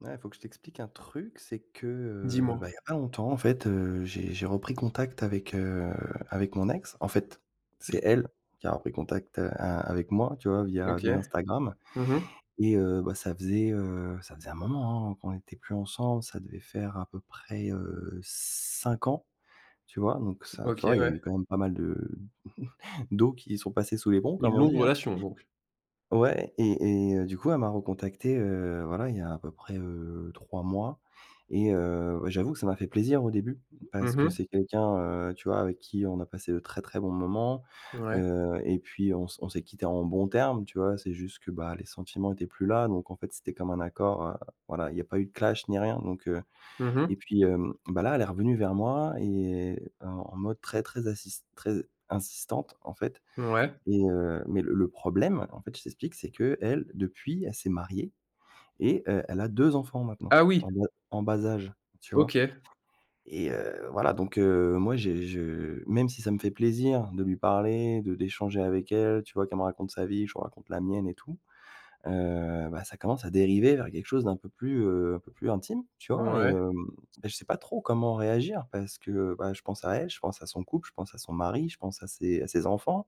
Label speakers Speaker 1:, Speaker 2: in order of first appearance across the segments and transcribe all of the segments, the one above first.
Speaker 1: Ouais, il faut que je t'explique un truc, c'est que,
Speaker 2: 10 mois.
Speaker 1: bah, il y a pas longtemps en fait, j'ai repris contact avec, avec mon ex. En fait, c'est elle qui a repris contact, a avec moi, tu vois? Via
Speaker 2: OK.
Speaker 1: via Instagram
Speaker 2: Mmh mh.
Speaker 1: et bah, ça faisait un moment, hein, qu'on n'était plus ensemble. Ça devait faire à peu près, 5 ans, tu vois? Donc ça, tu
Speaker 2: OK,
Speaker 1: vois, il y a
Speaker 2: ouais.
Speaker 1: eu quand même pas mal de d'eau qui sont passées sous les ponts,
Speaker 2: Une
Speaker 1: comme on
Speaker 2: longue
Speaker 1: dit, hein.
Speaker 2: relation donc?
Speaker 1: Ouais et du coup, elle m'a recontacté, voilà, il y a à peu près, 3 mois et bah, j'avoue que ça m'a fait plaisir au début parce
Speaker 2: Mmh
Speaker 1: que
Speaker 2: mh.
Speaker 1: c'est quelqu'un, tu vois, avec qui on a passé de très, très bons moments,
Speaker 2: Ouais.
Speaker 1: et puis on s'est quitté en bons termes, tu vois? C'est juste que, bah, les sentiments étaient plus là donc en fait, c'était comme un accord, voilà, il y a pas eu de clash ni rien donc
Speaker 2: Mmh
Speaker 1: et
Speaker 2: mh.
Speaker 1: puis, bah, là, elle est revenue vers moi et en mode très, très assis très insistante, en fait
Speaker 2: Ouais.
Speaker 1: et mais le problème, en fait, je t'explique, c'est qu'elle, depuis, elle s'est mariée et elle a 2 enfants maintenant,
Speaker 2: Ah oui!
Speaker 1: en bas âge, tu vois?
Speaker 2: OK.
Speaker 1: Et voilà, donc moi, j'ai je même si ça me fait plaisir de lui parler, de d'échanger avec elle, tu vois? Qu'elle me raconte sa vie, que je lui raconte la mienne et tout, bah, ça commence à dériver vers quelque chose d'un peu plus, un peu plus intime, tu vois? Et
Speaker 2: Ouais,
Speaker 1: bah, je sais pas trop comment réagir parce que, bah, je pense à elle, je pense à son couple, je pense à son mari, je pense à ses enfants.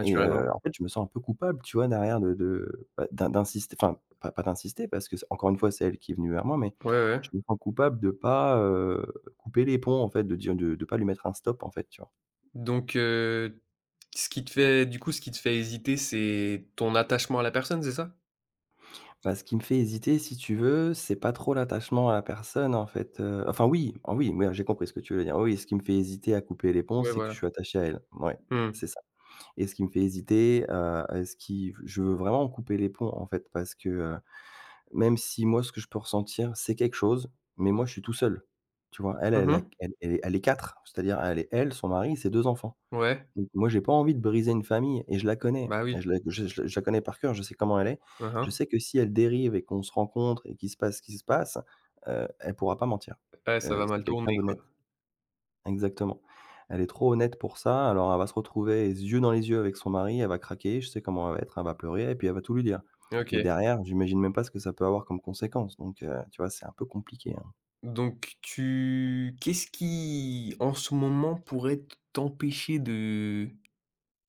Speaker 1: Et en fait, je me sens un peu coupable, tu vois, derrière de bah, d'insister enfin, pas d'insister parce que c'est encore une fois, c'est elle qui est venue vers moi, mais
Speaker 2: Ouais, ouais.
Speaker 1: je me sens coupable de pas, couper les ponts, en fait, de dire de pas lui mettre un stop, en fait, tu vois?
Speaker 2: Donc ce qui te fait du coup, ce qui te fait hésiter, c'est ton attachement à la personne, c'est ça?
Speaker 1: Bah, ce qui me fait hésiter, si tu veux, c'est pas trop l'attachement à la personne, en fait, enfin oui, ah oui, oui, j'ai compris ce que tu veux dire. Oui, ce qui me fait hésiter à couper les ponts,
Speaker 2: Ouais,
Speaker 1: c'est que je
Speaker 2: voilà.
Speaker 1: suis attaché à elle. Ouais, c'est
Speaker 2: Mmh.
Speaker 1: ça et ce qui me fait hésiter, à ce qui je veux vraiment couper les ponts, en fait, parce que, même si moi, ce que je peux ressentir, c'est quelque chose, mais moi, je suis tout seul, tu vois? Elle,
Speaker 2: Mmh
Speaker 1: elle a
Speaker 2: mh.
Speaker 1: elle elle est 4, c'est-à-dire elle est elle, son mari, ses 2 enfants.
Speaker 2: Ouais.
Speaker 1: Donc moi, j'ai pas envie de briser une famille et je la connais
Speaker 2: Bah
Speaker 1: et
Speaker 2: oui.
Speaker 1: je la connais par cœur, je sais comment elle est.
Speaker 2: Hein,
Speaker 1: Je
Speaker 2: hein.
Speaker 1: sais que si elle dérive et qu'on se rencontre et qu'il se passe ce qui se passe, elle pourra pas mentir.
Speaker 2: Ouais, ça va mal
Speaker 1: C'est quelqu'un
Speaker 2: tourner, quoi.
Speaker 1: d'honnête. Exactement. Elle est trop honnête pour ça, alors elle va se retrouver les yeux dans les yeux avec son mari, elle va craquer, je sais comment elle va être, elle va pleurer et puis elle va tout lui dire et
Speaker 2: OK.
Speaker 1: derrière, j'imagine même pas ce que ça peut avoir comme conséquence donc tu vois, c'est un peu compliqué, hein.
Speaker 2: Donc tu qu'est-ce qui, en ce moment, pourrait t'empêcher de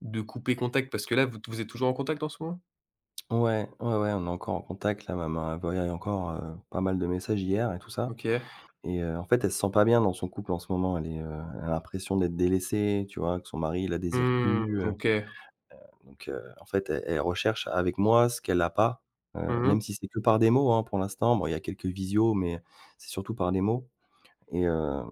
Speaker 2: couper contact? Parce que là, vous êtes toujours en contact en ce moment?
Speaker 1: Ouais, ouais, ouais, on est encore en contact là, même, elle envoyé encore, pas mal de messages hier et tout ça
Speaker 2: OK.
Speaker 1: et en fait, elle se sent pas bien dans son couple en ce moment, elle est, elle a l'impression d'être délaissée, tu vois? Que son mari la désire
Speaker 2: Mmh.
Speaker 1: plus,
Speaker 2: OK.
Speaker 1: donc, en fait, elle recherche avec moi ce qu'elle n'a pas,
Speaker 2: Mmh.
Speaker 1: même si c'est que par des mots, hein, pour l'instant. Bon, il y a quelques visios, mais c'est surtout par des mots et heu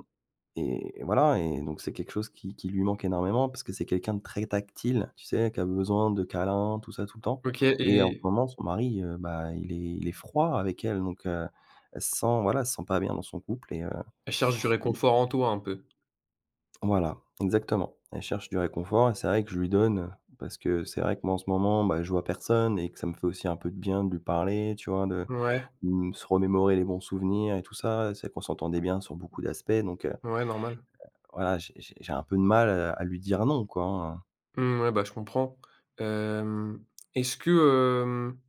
Speaker 1: et voilà et donc c'est quelque chose qui lui manque énormément parce que c'est quelqu'un de très tactile, tu sais? Qui a besoin de câlins, tout ça, tout le temps
Speaker 2: OK,
Speaker 1: et en ce
Speaker 2: et
Speaker 1: moment, son mari, bah, il est froid avec elle donc, elle se sent voilà, elle se sent pas bien dans son couple
Speaker 2: elle cherche du réconfort en toi un peu?
Speaker 1: voilà, exactement. Elle cherche du réconfort et c'est vrai que je lui donne parce que c'est vrai que moi, en ce moment, bah, je vois personne et que ça me fait aussi un peu de bien de lui parler, tu vois? De,
Speaker 2: Ouais,
Speaker 1: mmh, se remémorer les bons souvenirs et tout ça. C'est vrai qu'on s'entendait bien sur beaucoup d'aspects donc
Speaker 2: ouais, normal.
Speaker 1: voilà, j'ai un peu de mal, à lui dire non, quoi, hein.
Speaker 2: Mmh, ouais, bah, je comprends. Hem, Est-ce que,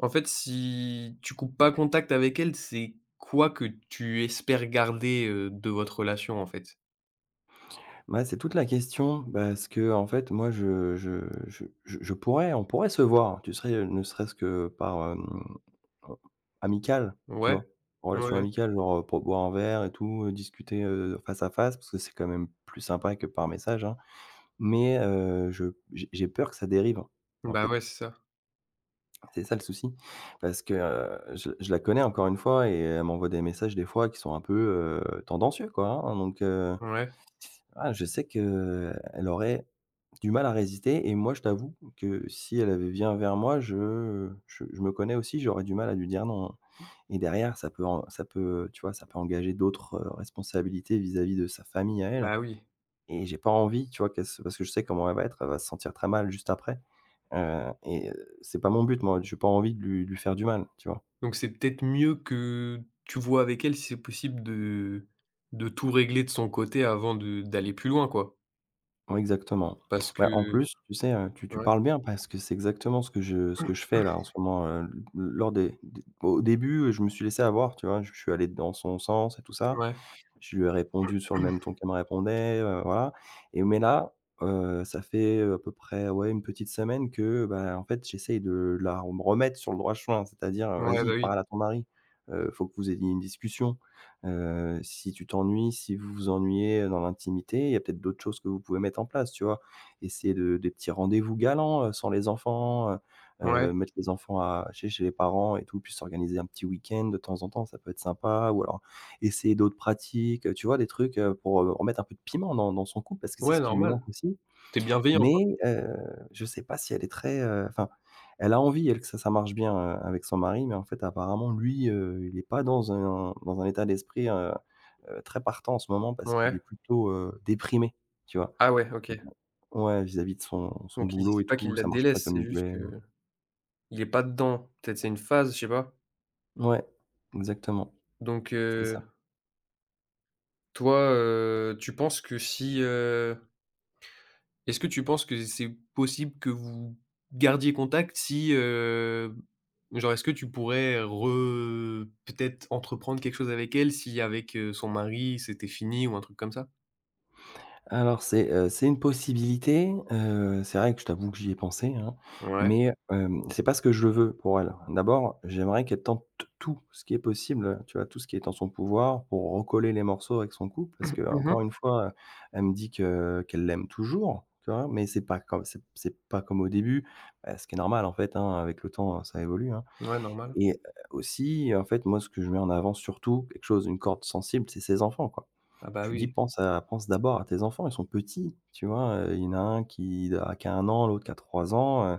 Speaker 2: en fait, si tu coupes pas contact avec elle, c'est quoi que tu espères garder, de votre relation, en fait?
Speaker 1: Bah, c'est toute la question parce que en fait, moi, je pourrais on pourrait se voir, tu serais ne serait-ce que par, heu, amical, tu
Speaker 2: Ouais,
Speaker 1: vois? Relation
Speaker 2: ouais.
Speaker 1: amicale, genre, pour boire un verre et tout, discuter, face à face parce que c'est quand même plus sympa que par message, hein. Mais, je j'ai peur que ça dérive, en
Speaker 2: Bah,
Speaker 1: fait.
Speaker 2: ouais, c'est ça.
Speaker 1: C'est ça le souci parce que, je la connais encore une fois et elle m'envoie des messages des fois qui sont un peu, tendancieux, quoi, hein, donc,
Speaker 2: Ouais,
Speaker 1: voilà, je sais que elle aurait du mal à résister et moi, je t'avoue que si elle avait vient vers moi, je me connais aussi, j'aurais du mal à lui dire non et derrière ça peut, tu vois, ça peut engager d'autres, responsabilités vis-à-vis de sa famille à elle
Speaker 2: bah, oui.
Speaker 1: et j'ai pas envie, tu vois, qu'elle se parce que je sais comment elle va être, elle va se sentir très mal juste après, et c'est pas mon but moi, j'ai pas envie de lui faire du mal, tu vois?
Speaker 2: Donc c'est peut-être mieux que tu vois avec elle si c'est possible de tout régler de son côté avant de d'aller plus loin, quoi.
Speaker 1: Ouais, exactement.
Speaker 2: Parce que.
Speaker 1: Ouais, en plus, tu sais, tu
Speaker 2: Ouais,
Speaker 1: parles bien parce que c'est exactement ce que je fais là en ce moment, l lors des au début, je me suis laissé avoir, tu vois? Je suis allé dans son sens et tout ça.
Speaker 2: ouais,
Speaker 1: Je lui ai répondu sur le même ton qu'elle me répondait, voilà mais là, ça fait, à peu près, ouais, une petite semaine que, bah, en fait, j'essaye de la me remettre sur le droit chemin. C'est-à-dire,
Speaker 2: ouais, bah,
Speaker 1: «Vas-y,
Speaker 2: oui,
Speaker 1: parle à ton mari, faut que vous ayez une discussion, si tu t'ennuies, si vous vous ennuyez, dans l'intimité, il y a peut-être d'autres choses que vous pouvez mettre en place», tu vois? Essayer de des petits rendez-vous galants, sans les enfants,
Speaker 2: ouais,
Speaker 1: mettre les enfants à chez les parents et tout, puis s'organiser un petit week-end de temps en temps, ça peut être sympa ou alors essayer d'autres pratiques, tu vois? Des trucs, pour, remettre un peu de piment dans son couple parce que c'est
Speaker 2: ouais,
Speaker 1: ce qui lui
Speaker 2: normal.
Speaker 1: manque aussi.
Speaker 2: Tu es bienveillant, quoi.
Speaker 1: Mais, je sais pas si elle est très, enfin, elle a envie, elle, que ça marche bien, avec son mari, mais en fait, apparemment, lui, il est pas dans un état d'esprit, très partant en ce moment parce
Speaker 2: Ouais.
Speaker 1: qu'il est plutôt, déprimé, tu vois?
Speaker 2: Ah ouais, OK.
Speaker 1: Ouais, vis-à-vis de son
Speaker 2: Donc il
Speaker 1: boulot et
Speaker 2: c'est pas qu'il
Speaker 1: tout,
Speaker 2: la
Speaker 1: ça marche pas
Speaker 2: délaisse,
Speaker 1: comme
Speaker 2: c'est
Speaker 1: il
Speaker 2: juste
Speaker 1: voulait.
Speaker 2: que il est pas dedans. Peut-être c'est une phase, je sais pas.
Speaker 1: Ouais, exactement,
Speaker 2: Donc,
Speaker 1: c'est ça.
Speaker 2: toi, tu penses que si, est-ce que tu penses que c'est possible que vous gardiez contact si, genre, est-ce que tu pourrais re peut-être entreprendre quelque chose avec elle si avec, son mari, c'était fini ou un truc comme ça?
Speaker 1: Alors c'est une possibilité, c'est vrai que je t'avoue que j'y ai pensé, hein,
Speaker 2: Ouais.
Speaker 1: mais, c'est pas ce que je veux pour elle. D'abord, j'aimerais qu'elle tente tout ce qui est possible, tu vois? Tout ce qui est en son pouvoir pour recoller les morceaux avec son couple parce
Speaker 2: Mmh.
Speaker 1: qu'encore une fois, elle me dit que qu'elle l'aime toujours, tu vois? Mais c'est pas comme au début, ce qui est normal en fait, hein, avec le temps, ça évolue, hein
Speaker 2: Ouais, normal.
Speaker 1: et aussi, en fait, moi, ce que je mets en avant surtout, quelque chose, une corde sensible, c'est ses enfants, quoi.
Speaker 2: Ah bah,
Speaker 1: Je lui dis:
Speaker 2: oui.
Speaker 1: Pense d'abord à tes enfants, ils sont petits». Tu vois? Il y en a un qui a 1 an, l'autre qui a 3 ans,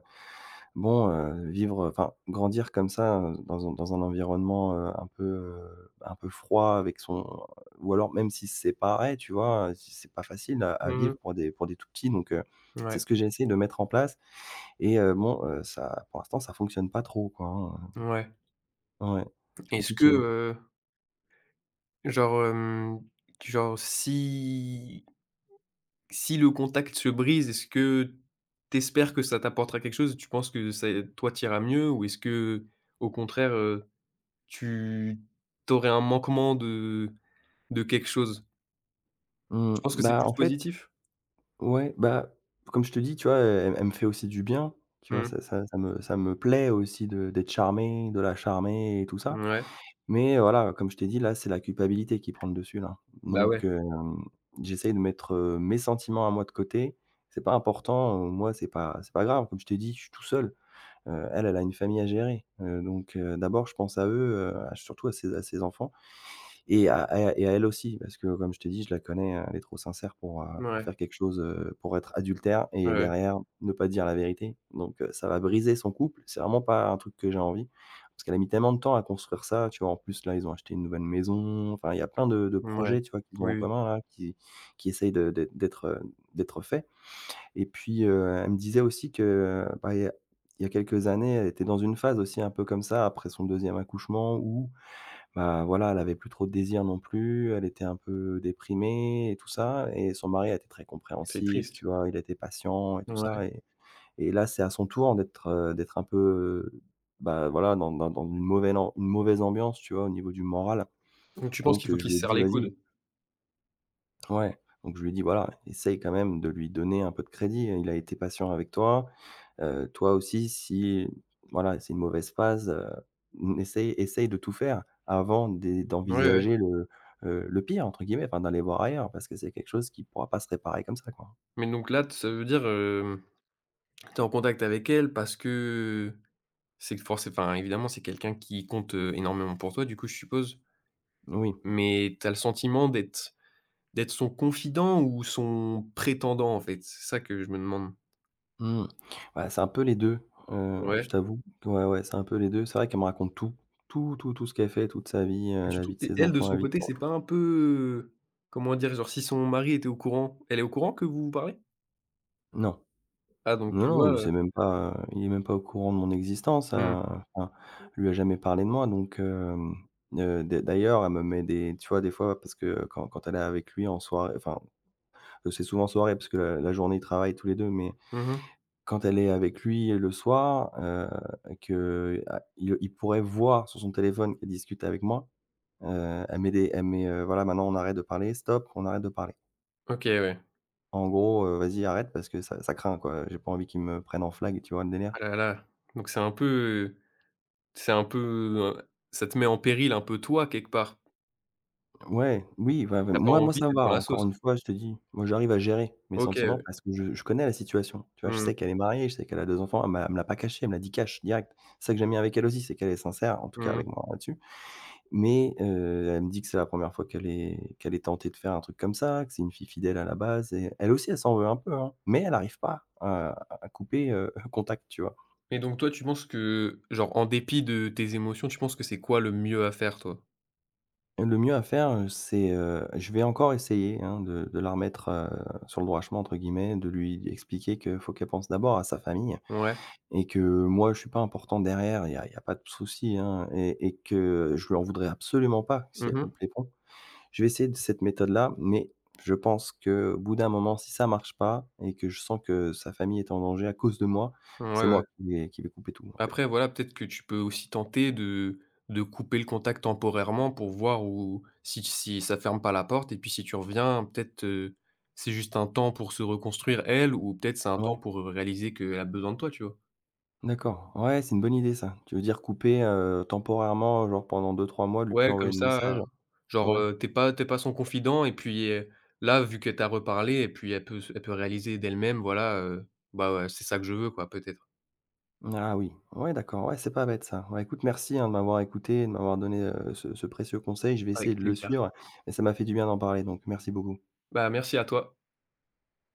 Speaker 1: bon, vivre enfin, grandir comme ça, dans un environnement, un peu froid avec son ou alors même si c'est pareil tu vois? C'est pas facile à vivre
Speaker 2: Mmh.
Speaker 1: pour des tout petits donc c'est ce
Speaker 2: Ouais,
Speaker 1: que j'ai essayé de mettre en place et bon, ça pour l'instant ça fonctionne pas trop quoi, hein,
Speaker 2: ouais.
Speaker 1: ouais, c'est
Speaker 2: Est-ce que,
Speaker 1: compliqué.
Speaker 2: genre, hem, genre si le contact se brise, est-ce que t'espères que ça t'apportera quelque chose? Tu penses que ça toi, tu mieux? Ou est-ce que, au contraire, tu t'aurais un manquement de quelque chose? Tu
Speaker 1: Mmh,
Speaker 2: penses que c'est
Speaker 1: bah,
Speaker 2: plus
Speaker 1: en fait.
Speaker 2: positif?
Speaker 1: Ouais, bah, comme je te dis, tu vois, elle me fait aussi du bien, tu vois?
Speaker 2: Mmh.
Speaker 1: Ça me plaît aussi de d'être charmé, de la charmer et tout ça.
Speaker 2: Ouais,
Speaker 1: Mais voilà, comme je t'ai dit, là, c'est la culpabilité qui prend le dessus, là.
Speaker 2: bah,
Speaker 1: Donc
Speaker 2: ouais.
Speaker 1: hem, j'essaye de mettre, mes sentiments à moi de côté. C'est pas important, moi, c'est pas grave. Comme je t'ai dit, je suis tout seul. Elle, elle a une famille à gérer. Donc d'abord, je pense à eux, surtout à ses enfants. Et à elle aussi, parce que comme je te dis, je la connais, elle est trop sincère pour
Speaker 2: Ouais,
Speaker 1: faire quelque chose, pour être adultère
Speaker 2: ouais,
Speaker 1: et
Speaker 2: ouais.
Speaker 1: derrière ne pas dire la vérité. Donc ça va briser son couple, c'est vraiment pas un truc que j'ai envie, parce qu'elle a mis tellement de temps à construire ça, tu vois? En plus, là, ils ont acheté une nouvelle maison, enfin, il y a plein de projets, tu vois, qu'ils ont en
Speaker 2: Oui, oui,
Speaker 1: commun là, qui essayent d'être faits. Et puis, elle me disait aussi que, bah, il y a quelques années, elle était dans une phase aussi un peu comme ça après son deuxième accouchement où bah, voilà, elle avait plus trop de désir non plus, elle était un peu déprimée et tout ça et son mari a été très
Speaker 2: c'est
Speaker 1: compréhensif,
Speaker 2: triste.
Speaker 1: tu vois? Il était patient et tout ça
Speaker 2: Ouais.
Speaker 1: et là, c'est à son tour d'être un peu, bah, voilà, dans une mauvaise am une mauvaise ambiance, tu vois? Au niveau du moral.
Speaker 2: Donc tu penses qu'il
Speaker 1: Donc,
Speaker 2: faut
Speaker 1: je
Speaker 2: qu'ils
Speaker 1: lui
Speaker 2: se
Speaker 1: ai
Speaker 2: serrent
Speaker 1: dit:
Speaker 2: les
Speaker 1: «Vas-y»,
Speaker 2: coudes?
Speaker 1: ouais, donc je lui ai dit: «Voilà, essaye quand même de lui donner un peu de crédit, il a été patient avec toi, toi aussi, si voilà, c'est une mauvaise phase, mmh, essaye de tout faire avant
Speaker 2: Ouais, ouais.
Speaker 1: d'envisager «le pire» entre guillemets, enfin d'aller voir ailleurs parce que c'est quelque chose qui pourra pas se réparer comme ça, quoi.
Speaker 2: Mais donc là, t ça veut dire, tu es en contact avec elle parce que c'est forcément enfin, évidemment, c'est quelqu'un qui compte, énormément pour toi, du coup, je suppose.
Speaker 1: Oui,
Speaker 2: Mais tu as le sentiment d'être son confident ou son prétendant, en fait? C'est ça que je me demande.
Speaker 1: mmh, ouais, c'est un peu les 2, je
Speaker 2: Ouais,
Speaker 1: t'avoue. Ouais, ouais, c'est un peu les deux. C'est vrai qu'elle me raconte tout, tout, tout, tout ce qu'elle fait, toute sa vie,
Speaker 2: et tu
Speaker 1: la
Speaker 2: trouves
Speaker 1: vie de
Speaker 2: et
Speaker 1: ses
Speaker 2: elle, de
Speaker 1: enfants,
Speaker 2: son
Speaker 1: la vie de
Speaker 2: côté,
Speaker 1: son
Speaker 2: c'est pas un peu, comment dire? Genre si son mari était au courant, elle est au courant que vous vous parlez?
Speaker 1: non.
Speaker 2: Ah donc
Speaker 1: Non,
Speaker 2: tu
Speaker 1: non,
Speaker 2: vois?
Speaker 1: il sait même pas, il est même pas au courant de mon existence,
Speaker 2: Mmh.
Speaker 1: enfin, on lui a jamais parlé de moi donc d'ailleurs, elle me met des tu vois, des fois parce que quand elle est avec lui en soirée enfin, c'est souvent en soirée parce que la journée, ils travaillent tous les 2. Mais
Speaker 2: Mmh.
Speaker 1: quand elle est avec lui le soir, que a il pourrait voir sur son téléphone qu'elle discute avec moi, elle met, «Voilà, maintenant on arrête de parler, stop, on arrête de parler».
Speaker 2: OK, ouais.
Speaker 1: En gros, «Vas-y, arrête parce que ça craint quoi, j'ai pas envie qu'ils me prennent en flag», tu vois le délire?
Speaker 2: Ah là là, donc c'est un peu, c'est un peu, ça te met en péril un peu toi, quelque part.
Speaker 1: Ouais, oui, ouais, ouais.
Speaker 2: T'as pas
Speaker 1: Moi
Speaker 2: envie
Speaker 1: ça
Speaker 2: d'être dans
Speaker 1: va,
Speaker 2: la sauce.
Speaker 1: encore une fois, je te dis, moi j'arrive à gérer mes sentiments
Speaker 2: OK.
Speaker 1: parce que je connais la situation. Tu vois? Je
Speaker 2: Mmh mh.
Speaker 1: sais qu'elle est mariée, je sais qu'elle a 2 enfants, elle me l'a pas caché, elle me l'a dit cash, direct. C'est ça que j'aime bien avec elle aussi, c'est qu'elle est sincère, en tout cas avec
Speaker 2: Mmh.
Speaker 1: moi là-dessus. Mais, elle me dit que c'est la première fois qu'elle est tentée de faire un truc comme ça, que c'est une fille fidèle à la base et elle aussi elle s'en veut un peu, hein, mais elle arrive pas à couper, contact, tu vois?
Speaker 2: Et donc toi, tu penses que, genre, en dépit de tes émotions, tu penses que c'est quoi le mieux à faire, toi?
Speaker 1: Le mieux à faire, c'est, je vais encore essayer, hein, de la remettre, «sur le droit chemin» entre guillemets, de lui expliquer qu'il faut qu'elle pense d'abord à sa famille
Speaker 2: Ouais.
Speaker 1: et que moi, je suis pas important derrière, il y a y a pas de souci, hein et que je lui en voudrais absolument pas si
Speaker 2: Mmh
Speaker 1: elle coupe
Speaker 2: mh.
Speaker 1: les ponts. Je vais essayer de cette méthode-là, mais je pense qu'au bout d'un moment, si ça marche pas et que je sens que sa famille est en danger à cause de moi,
Speaker 2: Ouais,
Speaker 1: c'est
Speaker 2: ouais.
Speaker 1: moi qui vais couper tout, en fait.
Speaker 2: Après, voilà, peut-être que tu peux aussi tenter de couper le contact temporairement pour voir où si ça ferme pas la porte et puis si tu reviens, peut-être, c'est juste un temps pour se reconstruire elle ou peut-être c'est un temps
Speaker 1: Ouais.
Speaker 2: pour, réaliser qu'elle a besoin de toi, tu vois?
Speaker 1: D'accord, ouais, c'est une bonne idée ça. Tu veux dire couper, temporairement, genre pendant 2 ou 3 mois, lui plus
Speaker 2: Ouais, comme
Speaker 1: envoyer de
Speaker 2: ça,
Speaker 1: message?
Speaker 2: genre,
Speaker 1: Ouais.
Speaker 2: tu pas t'es pas son confident et puis, là, vu que t'as reparlé et puis elle peut réaliser d'elle-même, voilà, bah, ouais, c'est ça que je veux, quoi, peut-être.
Speaker 1: Ah oui, ouais d'accord, ouais, c'est pas bête ça. Ouais, écoute, merci, hein, de m'avoir écouté, de m'avoir donné, ce précieux conseil. Je vais essayer
Speaker 2: Avec
Speaker 1: de le
Speaker 2: plaisir.
Speaker 1: suivre et ça m'a fait du bien d'en parler, donc merci beaucoup.
Speaker 2: Bah, merci à toi.